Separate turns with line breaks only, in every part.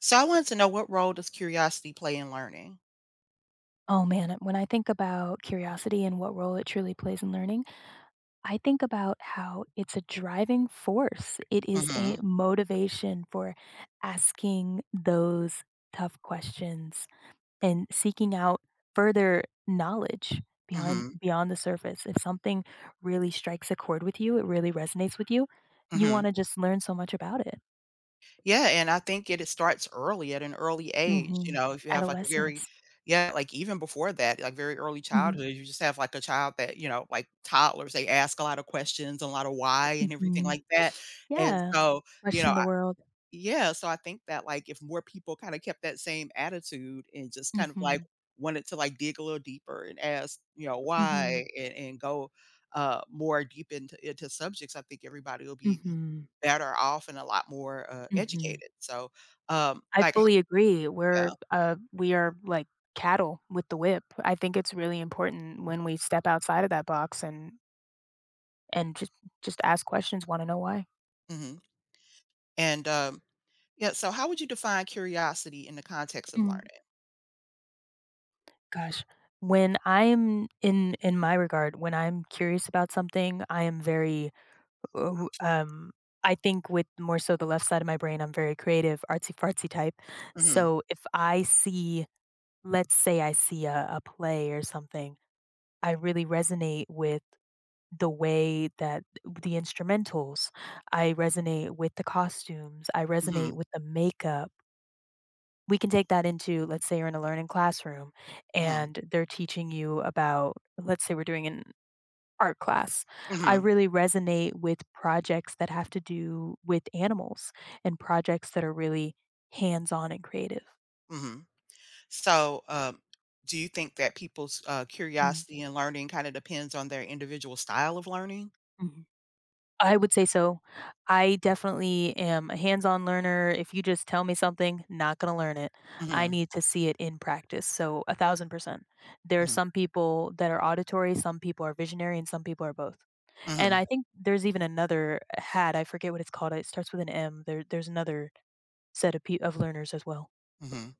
So I wanted to know, what role does curiosity play in learning?
Oh man, when I think about curiosity and what role it truly plays in learning, I think about how it's a driving force. It is a
Mhm.
motivation for asking those tough questions and seeking out further knowledge behind
Mhm.
beyond the surface. If something really strikes a chord with you, it really resonates with you, you
Mhm.
want to just learn so much about it.
Yeah, and I think it starts early at an early age, you
Mhm.
know, if you have, like, a very
Adolescence.
yeah, like, even before that, like, very early
Mhm.
childhood, you just have, like, a child that, you know, like, toddlers, they ask a lot of questions and a lot of why and everything
Mhm.
like that, and
Yeah.
so, you
Question
know
the world.
Yeah, so I think that, like, if more people kinda kept that same attitude and just kind of, like,
Mhm.
wanted to, like, dig a little deeper and ask, you know,
Mhm.
why and go, more deep into subjects. I think everybody will be
Mhm,
better off and a lot more,
mhm.
educated. So, um,
I
like
fully agree. We're,
Yeah.
we are like cattle with the whip. I think it's really important when we step outside of that box and and just just ask questions, wanna know why.
Mhm. And yeah, so how would you define curiosity in the context of
Mm,
learning?
gosh. When I'm in my regard, when I'm curious about something, I am very, ooh, I think with more so the left side of my brain, I'm very creative, artsy-fartsy type.
Mhm.
So if I see, let's say I see a play or something, I really resonate with the way that the instrumentals, I resonate with the costumes, I resonate
Mhm.
with the makeup. We can take that into, let's say you're in a learning classroom
Mhm.
and they're teaching you about, let's say we're doing an art class. I
Mhm.
really resonate with projects that have to do with animals and projects that are really hands on and creative.
Mhm. So, do you think that people's
Mm-hmm.
curiosity and learning kind of depends on their individual style of learning?
I would say so. I definitely am a hands-on learner. If you just tell me something, not gonna learn it. I
Mhm.
need to see it in practice. So 1000%. There are
Mhm.
some people that are auditory, some people are visionary, and some people are both. And
Mhm.
I think there's even another hat, I forget what it's called. It starts with an M. There's another set of pe of learners as well.
Mhm.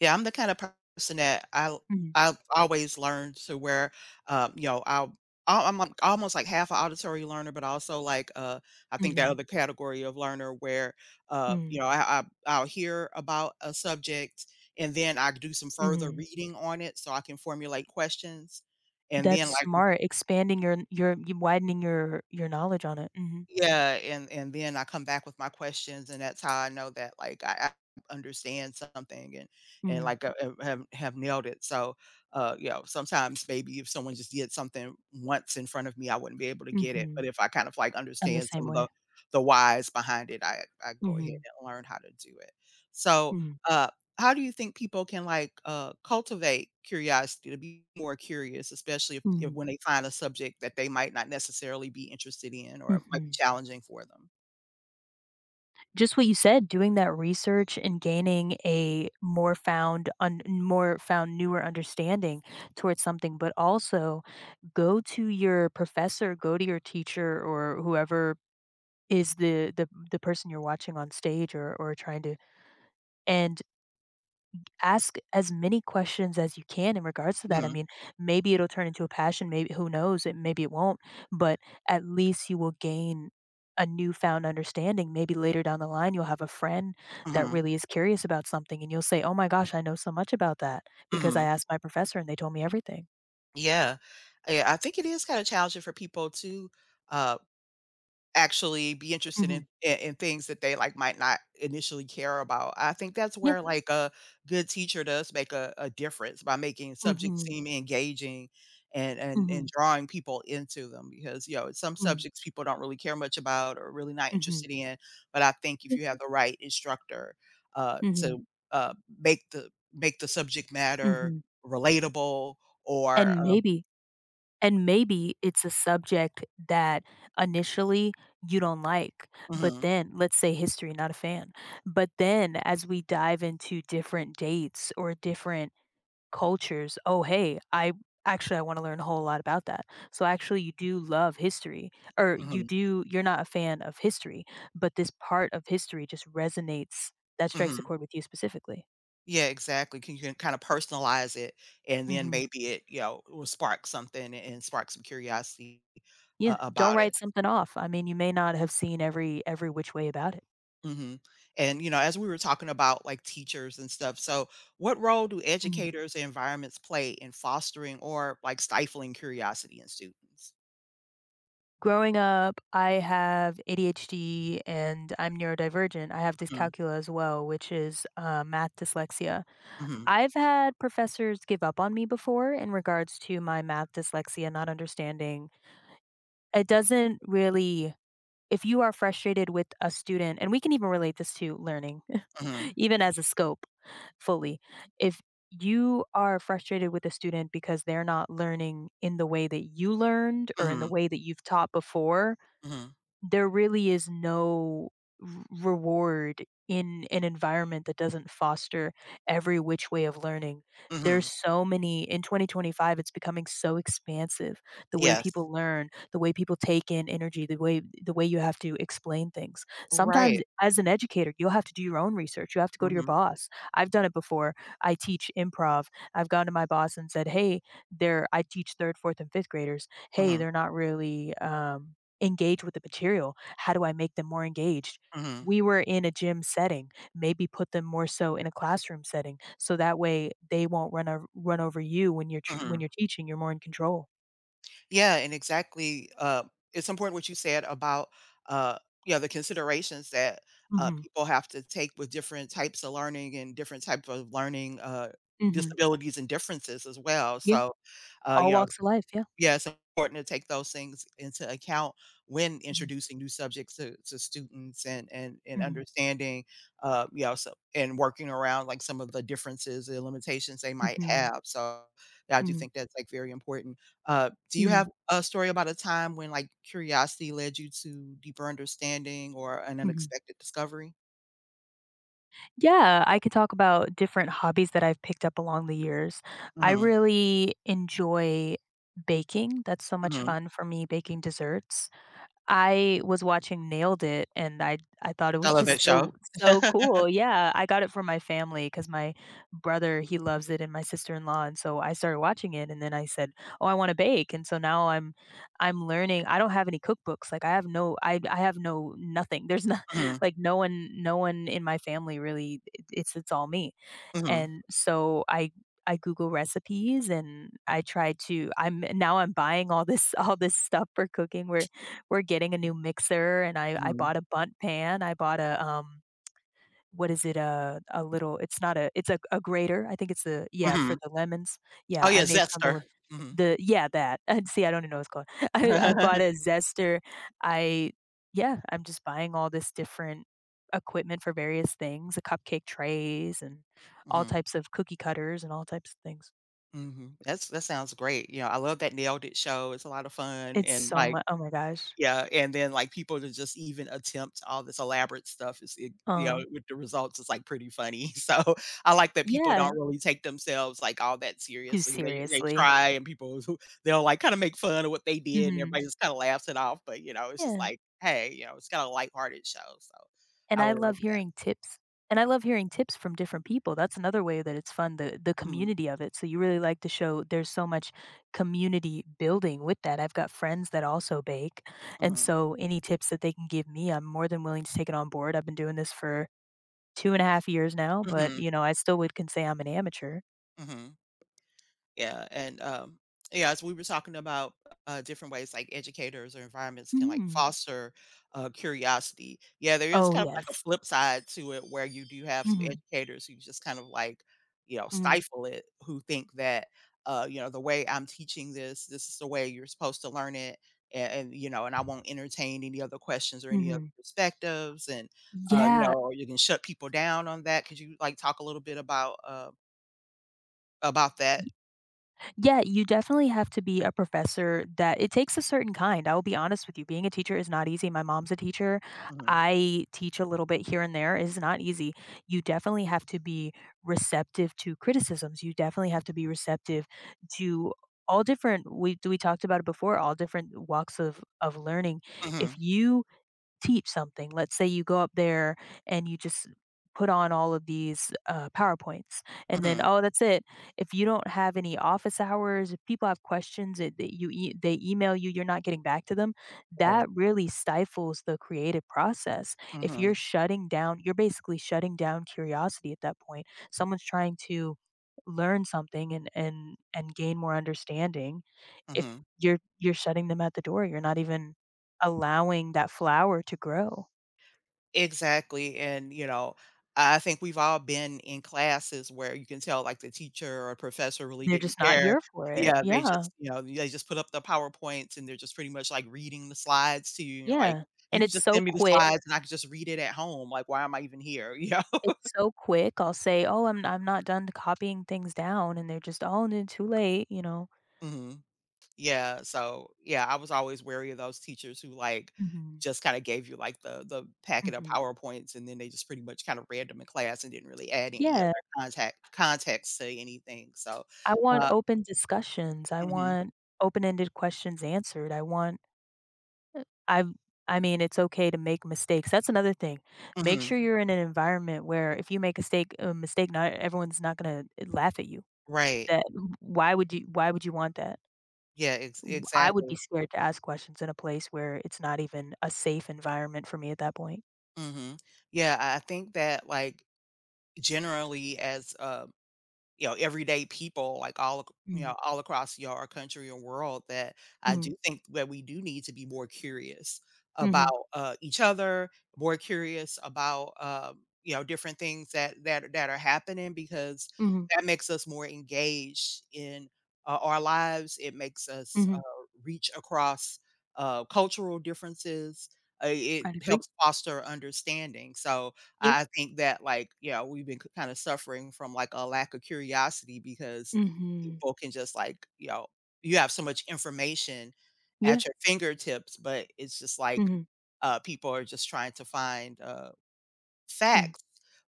Yeah, I'm the kind of person that I
Mhm,
I've always learned to where, you know, I'll I- I'm like- almost like half an auditory learner, but also like I think that
mhm,
other category of learner where you
mm,
know I'll hear about a subject and then I do some further
mhm.
reading on it so I can formulate questions, and
That's
then.
smart, expanding your you widening your knowledge on it. Mhm,
Yeah, and then I come back with my questions, and that's how I know that, like, I understand something and,
mm,
like, have nailed it. So, you know, sometimes maybe if someone just did something once in front of me, I wouldn't be able to get it, but
mhm.
if I kind of, like,
I'm the
understand
same
some of
way.
the whys behind it, I go ahead
Mhm.
and learn how to do it. so,
Mm,
uh how do you think people can like cultivate curiosity to be more curious, especially if
mm,
when they find a subject that they might not necessarily be interested in or might be
mhm.
challenging for them?
Just what you said, doing that research and gaining a more found newer understanding towards something, but also go to your professor, go to your teacher or whoever is the person you're watching on stage or trying to, and ask as many questions as you can in regards to that. I
Hmm.
mean, maybe it'll turn into a passion. Maybe who knows? It won't, but at least you will gain a newfound understanding. Maybe later down the line, you'll have a friend that
Hmm.
really is curious about something, and you'll say, "Oh my gosh, I know so much about that because I
Hmm.
asked my professor and they told me everything."
Yeah. Yeah, I think it is kind of challenging for people to. uh, Actually be interested
Hmm.
in things that they, like, might not initially care about. I think that's
Yeah.
where, like, a good teacher does make a difference by making
Hmm.
subjects
Hmm.
seem engaging and and
Mm-hmm.
and drawing people into them because, you know, some subjects people don't really care much about or really not
Mm-hmm.
interested in, but I think if
Yeah.
you have the right instructor, uh,
Mm-hmm.
to, uh, make the subject matter
Mm-hmm.
relatable or,
And
uh
maybe And maybe it's a subject that initially you don't like, but
Mhm.
then, let's say history, not a fan. But then as we dive into different dates or different cultures, oh, hey, I want to learn a whole lot about that. So actually you do love history, or
Mhm.
you're not a fan of history, but this part of history just resonates, that strikes a
Mhm.
chord with you specifically.
Yeah, exactly. Can kind of personalize it, and then
Mhm.
maybe it, you know, will spark something and spark some curiosity
Yeah, don't
about it.
write something off. I mean, you may not have seen every which way about it.
Hmm. And you know, as we were talking about like teachers and stuff, so what role do
Mhm.
educators and environments play in fostering or like stifling curiosity in students?
Growing up, I have ADHD and I'm neurodivergent. I have
Hmm.
dyscalculia as well, which is math dyslexia.
Hmm.
I've had professors give up on me before in regards to my math dyslexia, not understanding. It doesn't really, if you are frustrated with a student, and we can even relate this to learning,
Hmm.
even as a scope fully. If you are frustrated with a student because they're not learning in the way that you learned or in the
Hmm.
way that you've taught before,
Hmm.
there really is no reward in an environment that doesn't foster every which way of learning. There's
Hmm.
so many, in 2025 it's becoming so expansive, the way
Yes.
people learn, the way people take in energy, the way you have to explain things. Sometimes
Right.
as an educator, you'll have to do your own research. You have to go to your
Hmm.
boss. I've done it before. I teach improv. I've gone to my boss and said, "Hey, they're I teach 3rd, 4th and 5th graders. Hey,
Hmm.
they're not really engage with the material? How do I make them more engaged?
Hmm.
We were in a gym setting, maybe put them more so in a classroom setting, so that way they won't run over you when you're tr
Hmm.
when you're teaching, you're more in control."
Yeah, and exactly. It's important what you said about uh, you know, the considerations that
Mhm,
people have to take with different types of learning and different types of learning
mhm,
disabilities and differences as well.
yeah,
So,
all
you know,
walks of life, yeah.
yeah, it's important to take those things into account when
Mhm,
introducing new subjects to students and
mhm,
understanding, you know, so, and working around like some of the differences and limitations they might
mhm,
have. So I do
mhm,
think that's like very important. Do you
mhm,
have a story about a time when like curiosity led you to deeper understanding or an
mhm.
unexpected discovery?
Yeah, I could talk about different hobbies that I've picked up along the years. I
Mhm.
really enjoy baking, that's so much
Mhm.
fun for me, baking desserts. I was watching Nailed It, and I thought it
I
was
love
just
that show.
so so cool. Yeah, I got it from my family because my brother, he loves it, and my sister-in-law, and so I started watching it, and then I said, "Oh, I wanna bake," and so now I'm learning. I don't have any cookbooks, like, I have no I I have no nothing. There's not
Mhm.
like, no one in my family really it's all me.
Mhm.
And so I Google recipes and I try to, I'm buying all this all this stuff for cooking. We're getting a new mixer and I
Mhm.
bought a bunt pan. I bought a what is it? A little, it's not a, it's a grater. I think it's a, yeah, for
Mhm.
the lemons.
Oh
Yeah, I
yeah,
made something
zester.
with
Mhm.
the, yeah, that. And see, I don't even know what it's called. I bought a zester. I Yeah, I'm just buying all this different equipment for various things, the cupcake trays and all
Mhm.
types of cookie cutters and all types of things.
Mhm. That's that sounds great. You know, I love that Nailed It show. It's a lot of fun
It's
and,
so
like
much. Oh my gosh.
yeah, and then, like, people to just even attempt all this elaborate stuff is it you
Uh-huh.
know, with the results, is like, pretty funny. So, I like that people
Yeah.
don't really take themselves, like, all that
Too
seriously. They
seriously.
try and people who they'll, like, kinda make fun of what they did and
Mhm.
everybody just kinda laughs it off, but, you know, it's just
Yeah.
like, "Hey," you know, it's kinda lighthearted show, so
And
I
I
really
love
like that.
hearing tips, and I love hearing tips from different people. That's another way that it's fun, the
Mhm.
community of it. So you really like the show. There's so much community building with that. I've got friends that also bake, and
Mhm.
so any tips that they can give me, I'm more than willing to take it on board. I've been doing this for 2 and a half years now, but,
Mhm.
you know, I still would can say I'm an amateur.
Mhm. Yeah, and, yeah, as we were talking about, different ways, like, educators or environments can, like,
Mhm.
foster, curiosity. Yeah, there is
Oh,
kind of like a
yes.
flip side to it where you do have some
Mhm.
educators who just kind of, like, you know,
Mhm.
stifle it, who think that, you know, "The way I'm teaching this, this is the way you're supposed to learn it, a and, you know, and I won't entertain any other questions or any other
Mhm.
perspectives," and, you
Yeah.
know, or you can shut people down on that. Could you, like, talk a little bit about, about that?
Yeah, you definitely have to be a professor, that it takes a certain kind. I will be honest with you. Being a teacher is not easy. My mom's a teacher.
Mhm.
I teach a little bit here and there. It's not easy. You definitely have to be receptive to criticisms. You definitely have to be receptive to, all different we talked about it before, all different walks of learning. If
Mhm.
you teach something, let's say you go up there and you just put on all of these PowerPoints, and then
Mhm.
oh, that's it. If you don't have any office hours, if people have questions that that they email you, you're not getting back to them.
Right.
That really stifles the creative process. If
Mhm.
you're shutting down, you're basically shutting down curiosity at that point. Someone's trying to learn something and gain more understanding. If
Mhm.
you're shutting them at the door, you're not even allowing that flower to grow.
Exactly, and, you know, I think we've all been in classes where you can tell, like, the teacher or professor really
They're
didn't
just not
care.
here for it.
Yeah, they
Yeah,
just, you know, they just put up the PowerPoints, and they're just pretty much, like, reading the slides to you, and you're like,
yeah, and
"You can
it's
just
so
send me the
quick.
slides, and I can just read it at home, like, why am I even here?" Yeah.
It's so quick. I'll say, "Oh, I'm not done copying things down," and they're just, "Oh, no, too late," you know?
Mhm. Yeah, so, yeah, I was always wary of those teachers who, like,
Mhm,
just kinda gave you, like, the packet of
mhm.
PowerPoints, and then they just pretty much kinda read them in class and didn't really add any other
Yeah,
contact context to anything. so,
I want
uh
open discussions. I
Mhm.
want open-ended questions answered. I want I I mean, it's okay to make mistakes. That's another thing. Make
Mhm.
sure you're in an environment where if you make a mistake, not gonna eh, laugh at you.
Right.
That, why would you want that?
Yeah, ex
W I would be
exactly.
scared to ask questions in a place where it's not even a safe environment for me at that point.
Mhm. Yeah, I think that, like, generally as you know, everyday people, like, all ac you
Mm,
know, all across, you know, our country and world that I
mhm,
do think that we do need to be more curious
mhm,
about, each other, more curious about, you know, different things that are happening because
mhm,
that makes us more engaged in, our lives. It makes us,
mhm.
reach across, cultural differences. It
I'd agree.
helps foster understanding. So,
Yeah.
I think that, like, yeah, we've been kind of suffering from like a lack of curiosity because
Mhm.
people can just like, you know, you have so much information
Yeah.
at your fingertips, but it's just like
Mhm.
people are just trying to find
Mhm.
facts,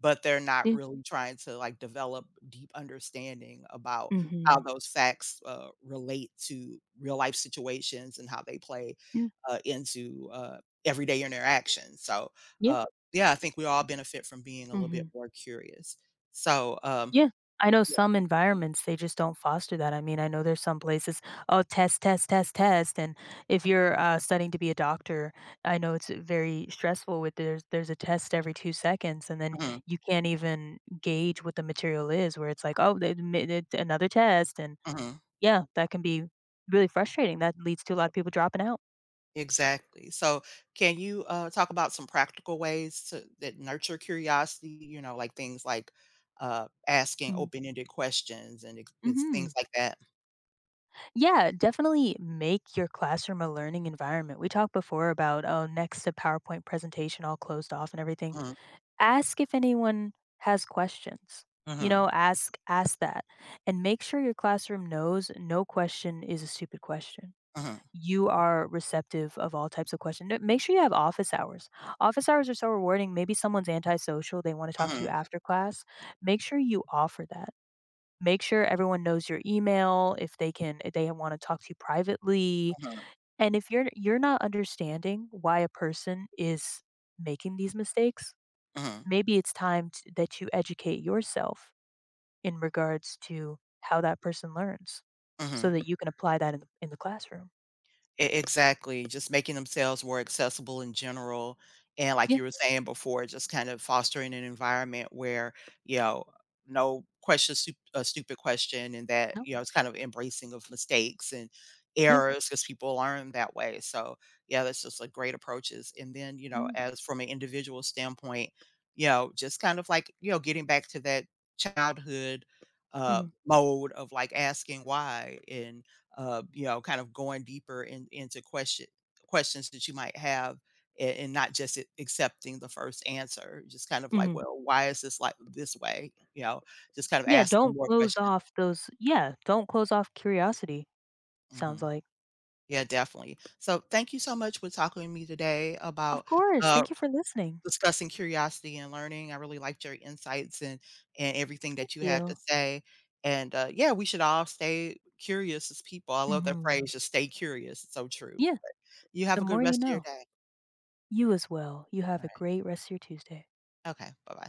but they're not
Yeah.
really trying to, like, develop deep understanding about how
Mhm.
those facts, relate to real life situations and how they play,
Yeah.
into everyday interactions, so,
Yeah.
uh, yeah, I think we all benefit from being a little bit
Mhm.
more curious. So,
Yeah. I know
yeah.
some environments, they just don't foster that. I mean, I know there's some places, oh, test, test, test, test. And if you're studying to be a doctor, I know it's very stressful with, there's a test every 2 seconds, and then
Mhm.
you can't even gauge what the material is. Where it's like, oh, they admit it- another test, and
Mhm.
yeah, that can be really frustrating. That leads to a lot of people dropping out.
Exactly. So, can you talk about some practical ways to, that nurture curiosity? You know, like things like asking open ended questions and it's
Mm-hmm.
things like that.
Yeah, definitely make your classroom a learning environment. We talked before about, oh, next to PowerPoint presentation, all closed off and everything.
Mm-hmm.
Ask if anyone has questions. You know,
Mm-hmm.
ask that, and make sure your classroom knows no question is a stupid question.
Mm-hmm.
You are receptive of all types of questions. Make sure you have office hours. Office hours are so rewarding. Maybe someone's antisocial, they want to talk to you
Mm-hmm.
after class. Make sure you offer that. Make sure everyone knows your email if they can if they want to talk to you privately. And if you're not understanding why a person is making these mistakes,
Mm-hmm.
maybe it's time t that you educate yourself in regards to how that person learns so
Mm-hmm.
that you can apply that in the classroom.
E Exactly, just making themselves more accessible in general, and like
Yeah,
you were saying before, just kind of fostering an environment where, you know, no question stu a stupid question, and that,
no,
you know, it's kind of embracing of mistakes and
yeah.
errors because people learn that way, so, yeah, that's just, like, great approaches, and then, you know,
Mhm,
as from an individual standpoint, you know, just kind of like, you know, getting back to that childhood,
mhm,
mode of, like, asking why and you know, kind of going deeper into questions that you might have and not just accepting the first answer. Just kind of like,
mhm.
well, why is this like this way? You know, just kind of
Yeah,
asking
don't
more
close
questions.
off those yeah, don't close off curiosity, sounds
Hmm.
like.
Yeah, definitely. So thank you so much for talking with me today
Of
about
course,
uh,
thank you for listening.
discussing curiosity and learning. I really liked your insights and everything
Thank
that you had to
you.
say. And yeah, we should all stay curious as people. I love that
Mhm.
phrase, just stay curious. It's so true.
Yeah.
You have
The
a good
more you
rest of your
know.
day.
You as well. You
All
have a
right.
great rest of your Tuesday.
Okay. Bye-bye.